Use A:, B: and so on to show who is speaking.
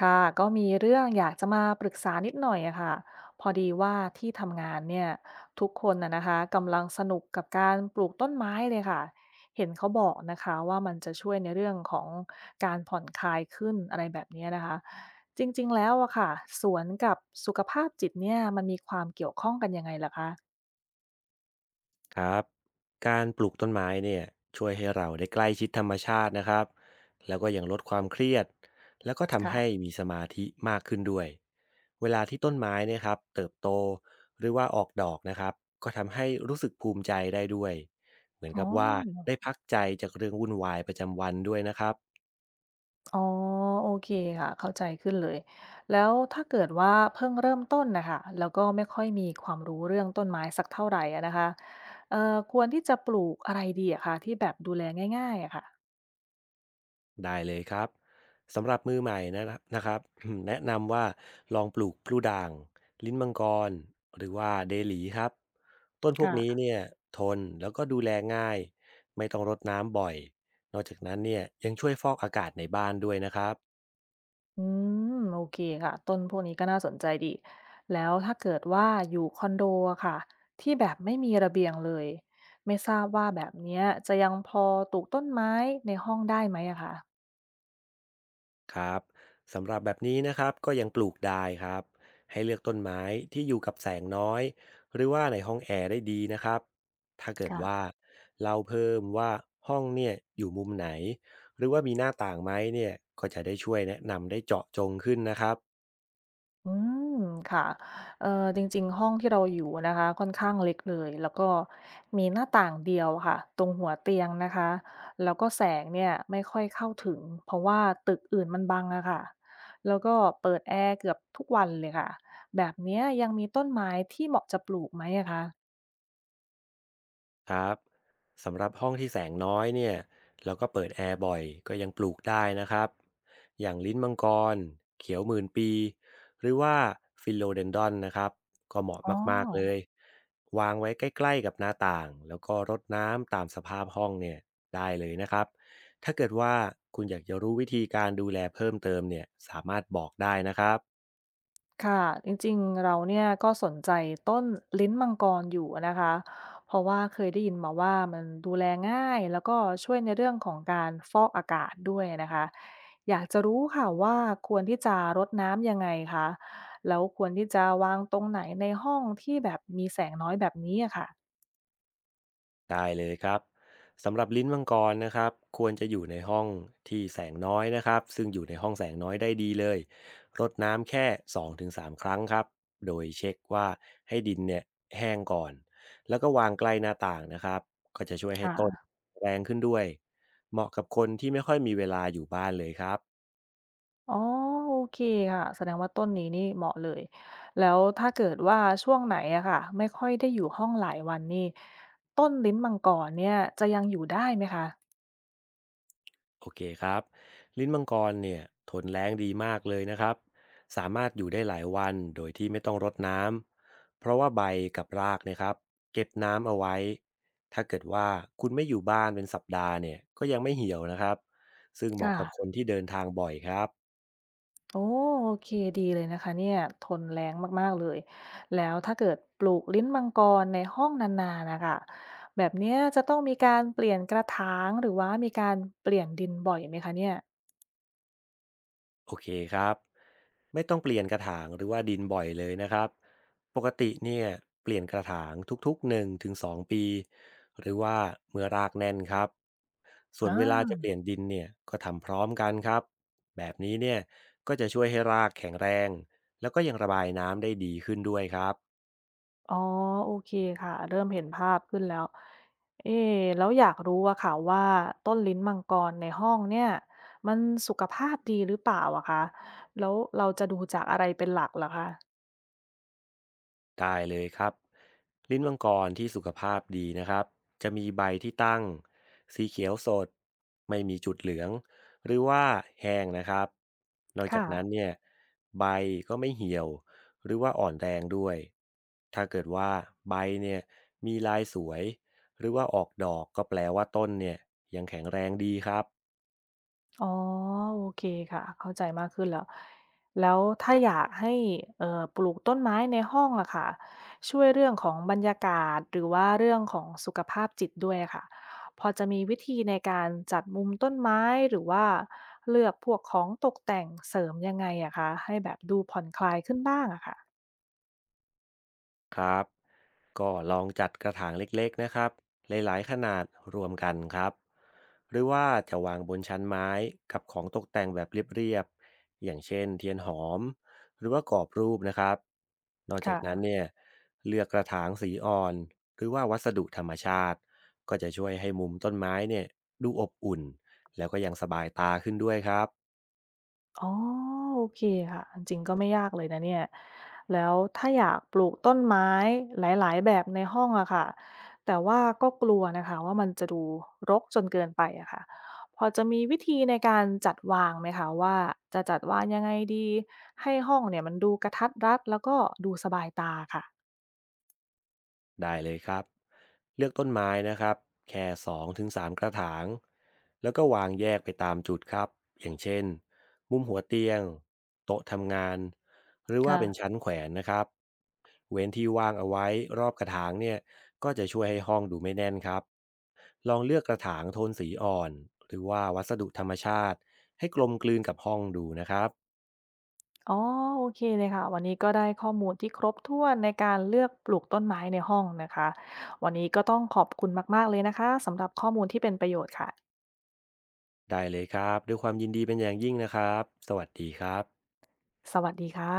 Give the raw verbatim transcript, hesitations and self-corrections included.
A: ค่ะก็มีเรื่องอยากจะมาปรึกษานิดหน่อยอะค่ะพอดีว่าที่ทำงานเนี่ยทุกคนนะนะคะกำลังสนุกกับการปลูกต้นไม้เลยค่ะเห็นเขาบอกนะคะว่ามันจะช่วยในเรื่องของการผ่อนคลายขึ้นอะไรแบบเนี้ยนะคะจริงๆแล้วอะค่ะสวนกับสุขภาพจิตเนี่ยมันมีความเกี่ยวข้องกันยังไงล่ะคะ
B: ครับการปลูกต้นไม้เนี่ยช่วยให้เราได้ใกล้ชิดธรรมชาตินะครับแล้วก็ยังลดความเครียดแล้วก็ทำให้
A: ค่ะ
B: มีสมาธิมากขึ้นด้วยเวลาที่ต้นไม้เนยครับเติบโตหรือว่าออกดอกนะครับก็ทำให้รู้สึกภูมิใจได้ด้วยเหมือน
A: อ๋อ
B: กับว่าได้พักใจจากเรื่องวุ่นวายประจำวันด้วยนะครับ
A: อ๋อโอเคค่ะเข้าใจขึ้นเลยแล้วถ้าเกิดว่าเพิ่งเริ่มต้นนะคะแล้วก็ไม่ค่อยมีความรู้เรื่องต้นไม้สักเท่าไหร่อะนะคะเอ่อควรที่จะปลูกอะไรดีอะคะที่แบบดูแลง่ายๆอะค่ะ
B: ได้เลยครับสำหรับมือใหม่นะครับนะครับ แนะนำว่าลองปลูกพลูด่างลิ้นมังกรหรือว่าเดหลีครับต้นพวกนี้
A: ค่ะ
B: เนี่ยทนแล้วก็ดูแลง่ายไม่ต้องรดน้ำบ่อยนอกจากนั้นเนี่ยยังช่วยฟอกอากาศในบ้านด้วยนะครับ
A: อืมโอเคค่ะต้นพวกนี้ก็น่าสนใจดีแล้วถ้าเกิดว่าอยู่คอนโดอะค่ะที่แบบไม่มีระเบียงเลยไม่ทราบว่าแบบเนี้ยจะยังพอปลูกต้นไม้ในห้องได้ไหมอะคะ
B: ครับสำหรับแบบนี้นะครับก็ยังปลูกได้ครับให้เลือกต้นไม้ที่อยู่กับแสงน้อยหรือว่าในห้องแอร์ได้ดีนะครับถ้าเกิดว่าเราเพิ่มว่าห้องเนี่ยอยู่มุมไหนหรือว่ามีหน้าต่างไหมเนี่ยก็จะได้ช่วยแนะนำได้เจาะจงขึ้นนะครับ
A: อืมค่ะเอ่อจริงๆห้องที่เราอยู่นะคะค่อนข้างเล็กเลยแล้วก็มีหน้าต่างเดียวค่ะตรงหัวเตียงนะคะแล้วก็แสงเนี่ยไม่ค่อยเข้าถึงเพราะว่าตึกอื่นมันบังอะค่ะแล้วก็เปิดแอร์เกือบทุกวันเลยค่ะแบบเนี้ยยังมีต้นไม้ที่เหมาะจะปลูกไหมอะคะ
B: ครับสำหรับห้องที่แสงน้อยเนี่ยแล้วก็เปิดแอร์บ่อยก็ยังปลูกได้นะครับอย่างลิ้นมังกรเขียวหมื่นปีหรือว่าฟิโลเดนดอนนะครับก็เหมาะ
A: อ๋อ
B: มากๆเลยวางไว้ใกล้ๆกับหน้าต่างแล้วก็รดน้ำตามสภาพห้องเนี่ยได้เลยนะครับถ้าเกิดว่าคุณอยากจะรู้วิธีการดูแลเพิ่มเติมเนี่ยสามารถบอกได้นะครับ
A: ค่ะจริงๆเราเนี่ยก็สนใจต้นลิ้นมังกรอยู่นะคะเพราะว่าเคยได้ยินมาว่ามันดูแลง่ายแล้วก็ช่วยในเรื่องของการฟอกอากาศด้วยนะคะอยากจะรู้ค่ะว่าควรที่จะรดน้ำยังไงคะแล้วควรที่จะวางตรงไหนในห้องที่แบบมีแสงน้อยแบบนี้อะค่ะ
B: ได้เลยครับสำหรับลิ้นมังกรนะครับควรจะอยู่ในห้องที่แสงน้อยนะครับซึ่งอยู่ในห้องแสงน้อยได้ดีเลยรดน้ำแค่สองถึงสามครั้งครับโดยเช็คว่าให้ดินเนี่ยแห้งก่อนแล้วก็วางใกล้หน้าต่างนะครับก็จะช่วยให้ต้น
A: ค่ะ
B: แรงขึ้นด้วยเหมาะกับคนที่ไม่ค่อยมีเวลาอยู่บ้านเลยครับ
A: อ๋อโอเคค่ะแสดงว่าต้นนี้นี่เหมาะเลยแล้วถ้าเกิดว่าช่วงไหนอะค่ะไม่ค่อยได้อยู่ห้องหลายวันนี่ต้นลิ้นมังกรเนี่ยจะยังอยู่ได้ไหมคะ
B: โอเคครับลิ้นมังกรเนี่ยทนแล้งดีมากเลยนะครับสามารถอยู่ได้หลายวันโดยที่ไม่ต้องรดน้ำเพราะว่าใบกับรากเนะครับเก็บน้ำเอาไว้ถ้าเกิดว่าคุณไม่อยู่บ้านเป็นสัปดาห์เนี่ยก็ยังไม่เหี่ยวนะครับซึ่งเหมาะกับค
A: ค่ะ
B: นที่เดินทางบ่อยครับ
A: โอ้โอเคดีเลยนะคะเนี่ยทนแรงมากๆเลยแล้วถ้าเกิดปลูกลิ้นมังกรในห้องนานๆนะคะแบบเนี้ยจะต้องมีการเปลี่ยนกระถางหรือว่ามีการเปลี่ยนดินบ่อยไหมคะเนี่ย
B: โอเคครับไม่ต้องเปลี่ยนกระถางหรือว่าดินบ่อยเลยนะครับปกติเนี่ยเปลี่ยนกระถางทุกๆหนึ่งถึงสองปีหรือว่าเมื่อรากแน่นครับส่วนเวลาจะ
A: อา
B: เปลี่ยนดินเนี่ยก็ทำพร้อมกันครับแบบนี้เนี่ยก็จะช่วยให้รากแข็งแรงแล้วก็ยังระบายน้ำได้ดีขึ้นด้วยครับ
A: อ๋อโอเคค่ะเริ่มเห็นภาพขึ้นแล้วเอ๊ะแล้วอยากรู้อะค่ะว่าต้นลิ้นมังกรในห้องเนี่ยมันสุขภาพดีหรือเปล่าอะคะแล้วเราจะดูจากอะไรเป็นหลักเหรอคะ
B: ได้เลยครับลิ้นมังกรที่สุขภาพดีนะครับจะมีใบที่ตั้งสีเขียวสดไม่มีจุดเหลืองหรือว่าแห้งนะครับนอกจาก
A: ค่ะ
B: นั้นเนี่ยใบก็ไม่เหี่ยวหรือว่าอ่อนแรงด้วยถ้าเกิดว่าใบเนี่ยมีลายสวยหรือว่าออกดอกก็แปลว่าต้นเนี่ยยังแข็งแรงดีครับ
A: อ๋อโอเคค่ะเข้าใจมากขึ้นแล้วแล้วถ้าอยากให้เอ่อปลูกต้นไม้ในห้องอะค่ะช่วยเรื่องของบรรยากาศหรือว่าเรื่องของสุขภาพจิตด้วยอะค่ะพอจะมีวิธีในการจัดมุมต้นไม้หรือว่าเลือกพวกของตกแต่งเสริมยังไงอะคะให้แบบดูผ่อนคลายขึ้นบ้างอะค่ะ
B: ครับ ก็ลองจัดกระถางเล็กๆนะครับหลายๆขนาดรวมกันครับหรือว่าจะวางบนชั้นไม้กับของตกแต่งแบบเรียบๆอย่างเช่นเทียนหอมหรือว่ากรอบรูปนะครับนอกจากนั้
A: ค่ะ
B: นเนี่ยเลือกกระถางสีอ่อนหรือว่าวัสดุธรรมชาติก็จะช่วยให้มุมต้นไม้เนี่ยดูอบอุ่นแล้วก็ยังสบายตาขึ้นด้วยครับ
A: อ๋อโอเคค่ะจริงๆก็ไม่ยากเลยนะเนี่ยแล้วถ้าอยากปลูกต้นไม้หลายๆแบบในห้องอะค่ะแต่ว่าก็กลัวนะคะว่ามันจะดูรกจนเกินไปอะค่ะพอจะมีวิธีในการจัดวางไหมคะว่าจะจัดวางยังไงดีให้ห้องเนี่ยมันดูกระทัดรัดแล้วก็ดูสบายตาค่ะ
B: ได้เลยครับเลือกต้นไม้นะครับแค่สองถึงสามกระถางแล้วก็วางแยกไปตามจุดครับอย่างเช่นมุมหัวเตียงโต๊ะทำงานหรือว่าเป็น
A: ค่ะ
B: ชั้นแขวนนะครับเว้นที่ว่างเอาไว้รอบกระถางเนี่ยก็จะช่วยให้ห้องดูไม่แน่นครับลองเลือกกระถางโทนสีอ่อนหรือว่าวัสดุธรรมชาติให้กลมกลืนกับห้องดูนะครับ
A: อ๋อโอเคเลยค่ะวันนี้ก็ได้ข้อมูลที่ครบถ้วนในการเลือกปลูกต้นไม้ในห้องนะคะวันนี้ก็ต้องขอบคุณมากๆเลยนะคะสำหรับข้อมูลที่เป็นประโยชน์ค่ะ
B: ได้เลยครับด้วยความยินดีเป็นอย่างยิ่งนะครับสวัสดีครับ
A: สวัสดีค่ะ